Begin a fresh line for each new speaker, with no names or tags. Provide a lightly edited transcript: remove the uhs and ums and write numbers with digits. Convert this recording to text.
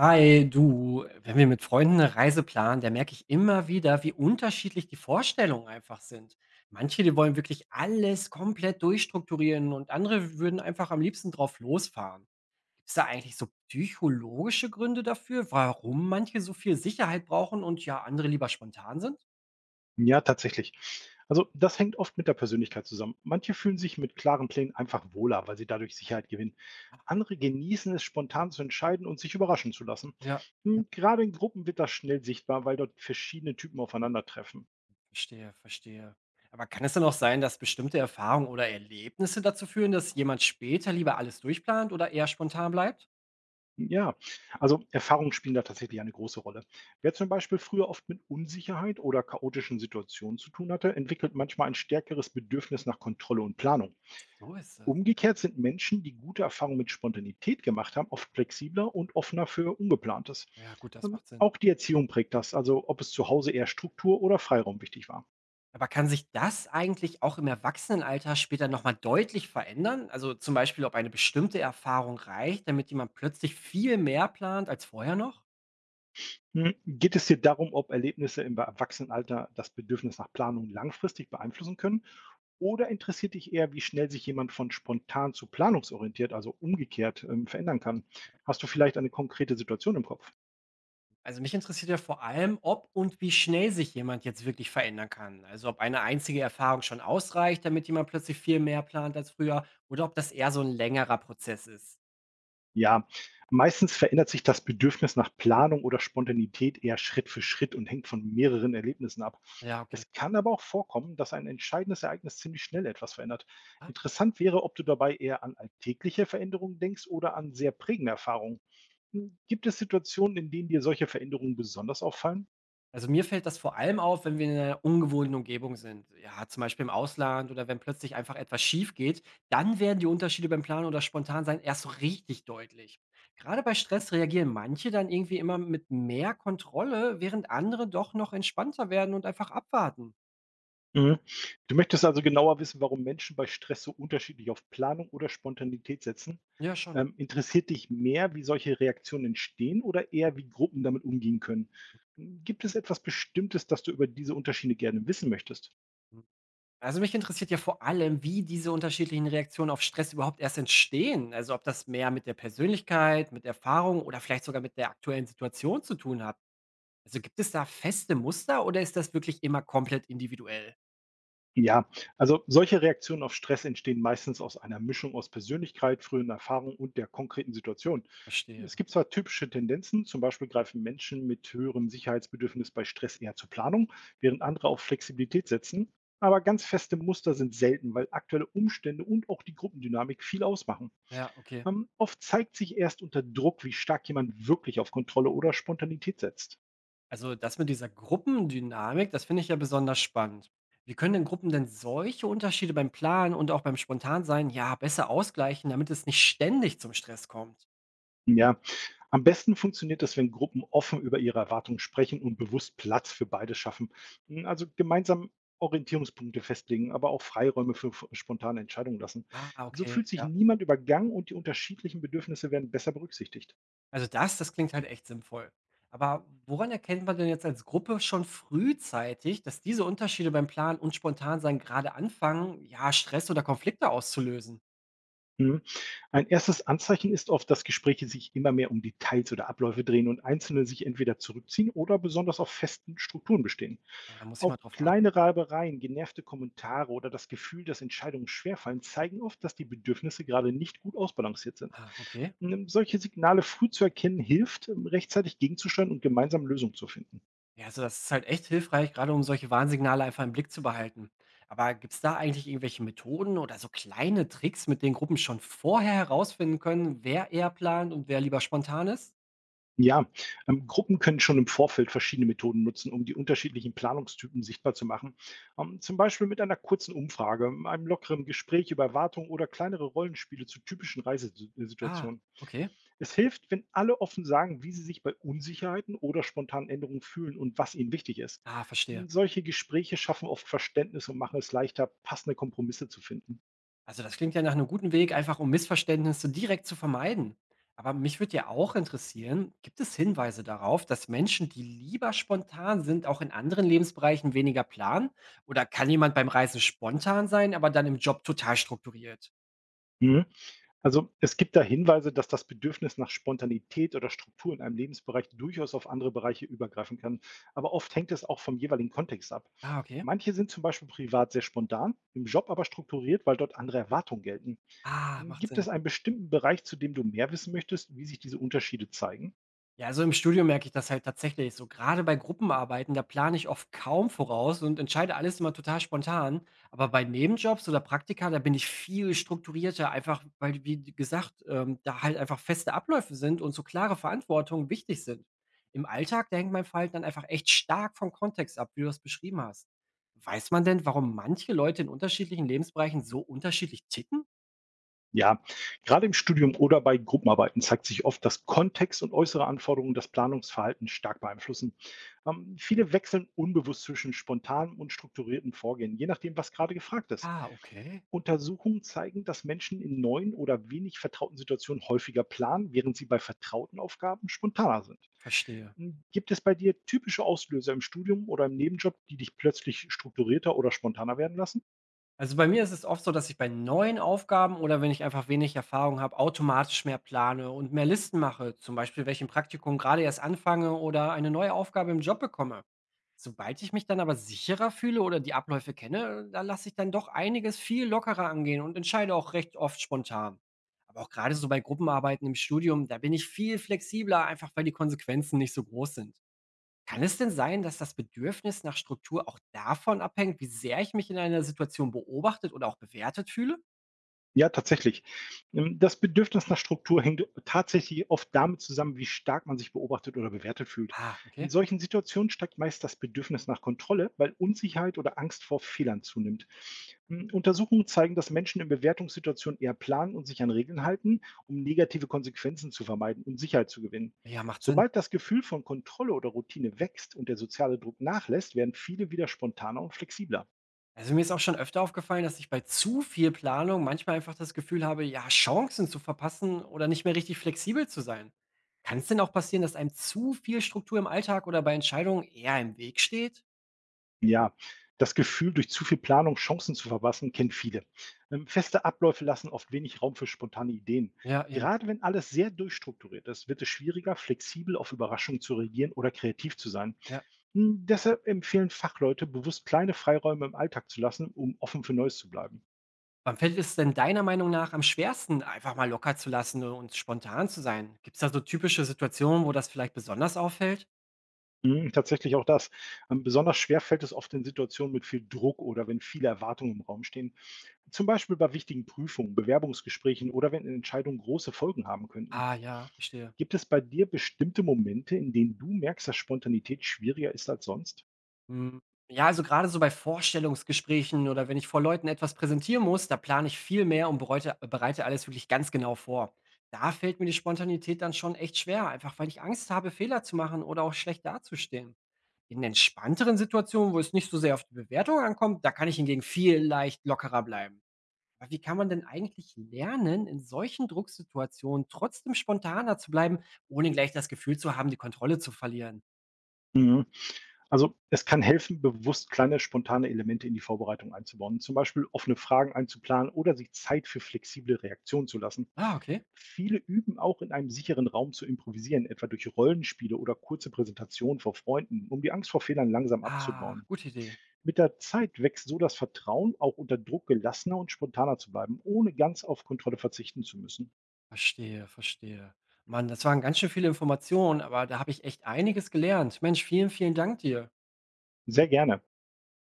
Hi, du, wenn wir mit Freunden eine Reise planen, da merke ich immer wieder, wie unterschiedlich die Vorstellungen einfach sind. Manche, die wollen wirklich alles komplett durchstrukturieren und andere würden einfach am liebsten drauf losfahren. Gibt es da eigentlich so psychologische Gründe dafür, warum manche so viel Sicherheit brauchen und ja, andere lieber spontan sind?
Ja, tatsächlich. Also das hängt oft mit der Persönlichkeit zusammen. Manche fühlen sich mit klaren Plänen einfach wohler, weil sie dadurch Sicherheit gewinnen.
Ah,
Andere
okay.
genießen es, spontan zu entscheiden und sich überraschen zu lassen.
Ja,
Ja. Gerade in Gruppen wird das schnell sichtbar, weil dort verschiedene Typen aufeinandertreffen.
verstehe, verstehe. Aber kann es dann auch sein, dass bestimmte Erfahrungen oder Erlebnisse dazu führen, dass jemand später lieber alles durchplant oder eher spontan bleibt?
Ja, also Erfahrungen spielen da tatsächlich eine große Rolle. Wer zum Beispiel früher oft mit Unsicherheit oder chaotischen Situationen zu tun hatte, entwickelt manchmal ein stärkeres Bedürfnis nach Kontrolle und Planung.
So ist es.
Umgekehrt sind Menschen, die gute Erfahrungen mit Spontanität gemacht haben, oft flexibler und offener für Ungeplantes.
Ja gut, das macht Sinn.
Auch die Erziehung prägt das, also ob es zu Hause eher Struktur oder Freiraum wichtig war.
Aber kann sich das eigentlich auch im Erwachsenenalter später noch mal deutlich verändern? Also zum Beispiel, ob eine bestimmte Erfahrung reicht, damit jemand plötzlich viel mehr plant als vorher noch?
Geht es dir darum, ob Erlebnisse im Erwachsenenalter das Bedürfnis nach Planung langfristig beeinflussen können? Oder interessiert dich eher, wie schnell sich jemand von spontan zu planungsorientiert, also umgekehrt, verändern kann? Hast du vielleicht eine konkrete Situation im Kopf?
Also mich interessiert ja vor allem, ob und wie schnell sich jemand jetzt wirklich verändern kann. Also ob eine einzige Erfahrung schon ausreicht, damit jemand plötzlich viel mehr plant als früher, oder ob das eher so ein längerer Prozess ist.
Ja, meistens verändert sich das Bedürfnis nach Planung oder Spontanität eher Schritt für Schritt und hängt von mehreren Erlebnissen ab.
Ja, okay.
Es kann aber auch vorkommen, dass ein entscheidendes Ereignis ziemlich schnell etwas verändert. Interessant wäre, ob du dabei eher an alltägliche Veränderungen denkst oder an sehr prägende Erfahrungen. Gibt es Situationen, in denen dir solche Veränderungen besonders auffallen?
Also mir fällt das vor allem auf, wenn wir in einer ungewohnten Umgebung sind. Ja, zum Beispiel im Ausland oder wenn plötzlich einfach etwas schief geht, dann werden die Unterschiede beim Planen oder Spontansein erst so richtig deutlich. Gerade bei Stress reagieren manche dann irgendwie immer mit mehr Kontrolle, während andere doch noch entspannter werden und einfach abwarten.
Mhm. Du möchtest also genauer wissen, warum Menschen bei Stress so unterschiedlich auf Planung oder Spontanität setzen.
Ja, schon.
Interessiert dich mehr, wie solche Reaktionen entstehen oder eher, wie Gruppen damit umgehen können? Gibt es etwas Bestimmtes, das du über diese Unterschiede gerne wissen möchtest?
Also mich interessiert ja vor allem, wie diese unterschiedlichen Reaktionen auf Stress überhaupt erst entstehen. Also ob das mehr mit der Persönlichkeit, mit Erfahrung oder vielleicht sogar mit der aktuellen Situation zu tun hat. Also, gibt es da feste Muster oder ist das wirklich immer komplett individuell?
Ja, also solche Reaktionen auf Stress entstehen meistens aus einer Mischung aus Persönlichkeit, frühen Erfahrungen und der konkreten Situation.
Verstehe.
Es gibt zwar typische Tendenzen, zum Beispiel greifen Menschen mit höherem Sicherheitsbedürfnis bei Stress eher zur Planung, während andere auf Flexibilität setzen, aber ganz feste Muster sind selten, weil aktuelle Umstände und auch die Gruppendynamik viel ausmachen.
Ja, okay.
Oft zeigt sich erst unter Druck, wie stark jemand wirklich auf Kontrolle oder Spontanität setzt.
Also das mit dieser Gruppendynamik, das finde ich ja besonders spannend. Wie können denn Gruppen denn solche Unterschiede beim Planen und auch beim Spontansein ja besser ausgleichen, damit es nicht ständig zum Stress kommt?
Ja, am besten funktioniert es, wenn Gruppen offen über ihre Erwartungen sprechen und bewusst Platz für beide schaffen. Also gemeinsam Orientierungspunkte festlegen, aber auch Freiräume für spontane Entscheidungen lassen.
Ah,
So
okay,
fühlt sich
ja.
niemand übergangen und die unterschiedlichen Bedürfnisse werden besser berücksichtigt.
Also das klingt halt echt sinnvoll. Aber woran erkennt man denn jetzt als Gruppe schon frühzeitig, dass diese Unterschiede beim Planen und Spontansein gerade anfangen, ja, Stress oder Konflikte auszulösen?
Mhm. Ein erstes Anzeichen ist oft, dass Gespräche sich immer mehr um Details oder Abläufe drehen und Einzelne sich entweder zurückziehen oder besonders auf festen Strukturen bestehen.
Da muss ich mal
Auch
drauf achten.
kleine Reibereien, genervte Kommentare oder das Gefühl, dass Entscheidungen schwerfallen, zeigen oft, dass die Bedürfnisse gerade nicht gut ausbalanciert sind.
Ah, okay.
Solche Signale früh zu erkennen, hilft, rechtzeitig gegenzusteuern und gemeinsam Lösungen zu finden.
Ja, also das ist halt echt hilfreich, gerade um solche Warnsignale einfach im Blick zu behalten. Aber gibt es da eigentlich irgendwelche Methoden oder so kleine Tricks, mit denen Gruppen schon vorher herausfinden können, wer eher plant und wer lieber spontan ist?
Ja, Gruppen können schon im Vorfeld verschiedene Methoden nutzen, um die unterschiedlichen Planungstypen sichtbar zu machen. Zum Beispiel mit einer kurzen Umfrage, einem lockeren Gespräch über Erwartungen oder kleinere Rollenspiele zu typischen
Ah,
Reisesituationen.
okay.
Es hilft, wenn alle offen sagen, wie sie sich bei Unsicherheiten oder spontanen Änderungen fühlen und was ihnen wichtig ist.
Ah, verstehe.
Solche Gespräche schaffen oft Verständnis und machen es leichter, passende Kompromisse zu finden.
Also das klingt ja nach einem guten Weg, einfach um Missverständnisse direkt zu vermeiden. Aber mich würde ja auch interessieren, gibt es Hinweise darauf, dass Menschen, die lieber spontan sind, auch in anderen Lebensbereichen weniger planen? Oder kann jemand beim Reisen spontan sein, aber dann im Job total strukturiert?
Mhm. Also es gibt da Hinweise, dass das Bedürfnis nach Spontanität oder Struktur in einem Lebensbereich durchaus auf andere Bereiche übergreifen kann, aber oft hängt es auch vom jeweiligen Kontext ab.
Ah, okay.
Manche sind zum Beispiel privat sehr spontan, im Job aber strukturiert, weil dort andere Erwartungen gelten.
Ah, macht
Gibt
Sinn.
es einen bestimmten Bereich, zu dem du mehr wissen möchtest, wie sich diese Unterschiede zeigen?
Ja, also im Studio merke ich das halt tatsächlich. So gerade bei Gruppenarbeiten, da plane ich oft kaum voraus und entscheide alles immer total spontan. Aber bei Nebenjobs oder Praktika, da bin ich viel strukturierter, einfach weil, wie gesagt, da halt einfach feste Abläufe sind und so klare Verantwortungen wichtig sind. Im Alltag, da hängt mein Verhalten dann einfach echt stark vom Kontext ab, wie du das beschrieben hast. Weiß man denn, warum manche Leute in unterschiedlichen Lebensbereichen so unterschiedlich ticken?
Ja, gerade im Studium oder bei Gruppenarbeiten zeigt sich oft, dass Kontext und äußere Anforderungen das Planungsverhalten stark beeinflussen. Viele wechseln unbewusst zwischen spontanem und strukturiertem Vorgehen, je nachdem, was gerade gefragt ist.
Ah, okay.
Untersuchungen zeigen, dass Menschen in neuen oder wenig vertrauten Situationen häufiger planen, während sie bei vertrauten Aufgaben spontaner sind.
Verstehe.
Gibt es bei dir typische Auslöser im Studium oder im Nebenjob, die dich plötzlich strukturierter oder spontaner werden lassen?
Also, bei mir ist es oft so, dass ich bei neuen Aufgaben oder wenn ich einfach wenig Erfahrung habe, automatisch mehr plane und mehr Listen mache, zum Beispiel, wenn ich 'n Praktikum gerade erst anfange oder eine neue Aufgabe im Job bekomme. Sobald ich mich dann aber sicherer fühle oder die Abläufe kenne, da lasse ich dann doch einiges viel lockerer angehen und entscheide auch recht oft spontan. Aber auch gerade so bei Gruppenarbeiten im Studium, da bin ich viel flexibler, einfach weil die Konsequenzen nicht so groß sind. Kann es denn sein, dass das Bedürfnis nach Struktur auch davon abhängt, wie sehr ich mich in einer Situation beobachtet oder auch bewertet fühle?
Ja, tatsächlich. Das Bedürfnis nach Struktur hängt tatsächlich oft damit zusammen, wie stark man sich beobachtet oder bewertet fühlt.
Ah,
In
okay.
solchen Situationen steigt meist das Bedürfnis nach Kontrolle, weil Unsicherheit oder Angst vor Fehlern zunimmt. Untersuchungen zeigen, dass Menschen in Bewertungssituationen eher planen und sich an Regeln halten, um negative Konsequenzen zu vermeiden und Sicherheit zu gewinnen.
Ja, macht Sinn.
Sobald das Gefühl von Kontrolle oder Routine wächst und der soziale Druck nachlässt, werden viele wieder spontaner und flexibler.
Also mir ist auch schon öfter aufgefallen, dass ich bei zu viel Planung manchmal einfach das Gefühl habe, ja, Chancen zu verpassen oder nicht mehr richtig flexibel zu sein. Kann es denn auch passieren, dass einem zu viel Struktur im Alltag oder bei Entscheidungen eher im Weg steht?
Ja, das Gefühl, durch zu viel Planung Chancen zu verpassen, kennen viele. Feste Abläufe lassen oft wenig Raum für spontane Ideen.
Ja, eben.
Gerade wenn alles sehr durchstrukturiert ist, wird es schwieriger, flexibel auf Überraschungen zu reagieren oder kreativ zu sein.
Ja.
Deshalb empfehlen Fachleute, bewusst kleine Freiräume im Alltag zu lassen, um offen für Neues zu bleiben.
Wann fällt es denn deiner Meinung nach am schwersten, einfach mal locker zu lassen und spontan zu sein? Gibt es da so typische Situationen, wo das vielleicht besonders auffällt?
Tatsächlich auch das. Besonders schwer fällt es oft in Situationen mit viel Druck oder wenn viele Erwartungen im Raum stehen. Zum Beispiel bei wichtigen Prüfungen, Bewerbungsgesprächen oder wenn Entscheidungen große Folgen haben könnten.
Ah ja, verstehe.
Gibt es bei dir bestimmte Momente, in denen du merkst, dass Spontanität schwieriger ist als sonst?
Hm. Ja, also gerade so bei Vorstellungsgesprächen oder wenn ich vor Leuten etwas präsentieren muss, da plane ich viel mehr und bereite alles wirklich ganz genau vor. Da fällt mir die Spontanität dann schon echt schwer, einfach weil ich Angst habe, Fehler zu machen oder auch schlecht dazustehen. In entspannteren Situationen, wo es nicht so sehr auf die Bewertung ankommt, da kann ich hingegen viel leicht lockerer bleiben. Aber wie kann man denn eigentlich lernen, in solchen Drucksituationen trotzdem spontaner zu bleiben, ohne gleich das Gefühl zu haben, die Kontrolle zu verlieren?
Mhm. Also, es kann helfen, bewusst kleine spontane Elemente in die Vorbereitung einzubauen, zum Beispiel offene Fragen einzuplanen oder sich Zeit für flexible Reaktionen zu lassen.
Ah, okay.
Viele üben auch in einem sicheren Raum zu improvisieren, etwa durch Rollenspiele oder kurze Präsentationen vor Freunden, um die Angst vor Fehlern langsam
Ah,
abzubauen.
gute Idee.
Mit der Zeit wächst so das Vertrauen, auch unter Druck gelassener und spontaner zu bleiben, ohne ganz auf Kontrolle verzichten zu müssen.
Verstehe, verstehe. Mann, das waren ganz schön viele Informationen, aber da habe ich echt einiges gelernt. Mensch, vielen Dank dir.
Sehr gerne.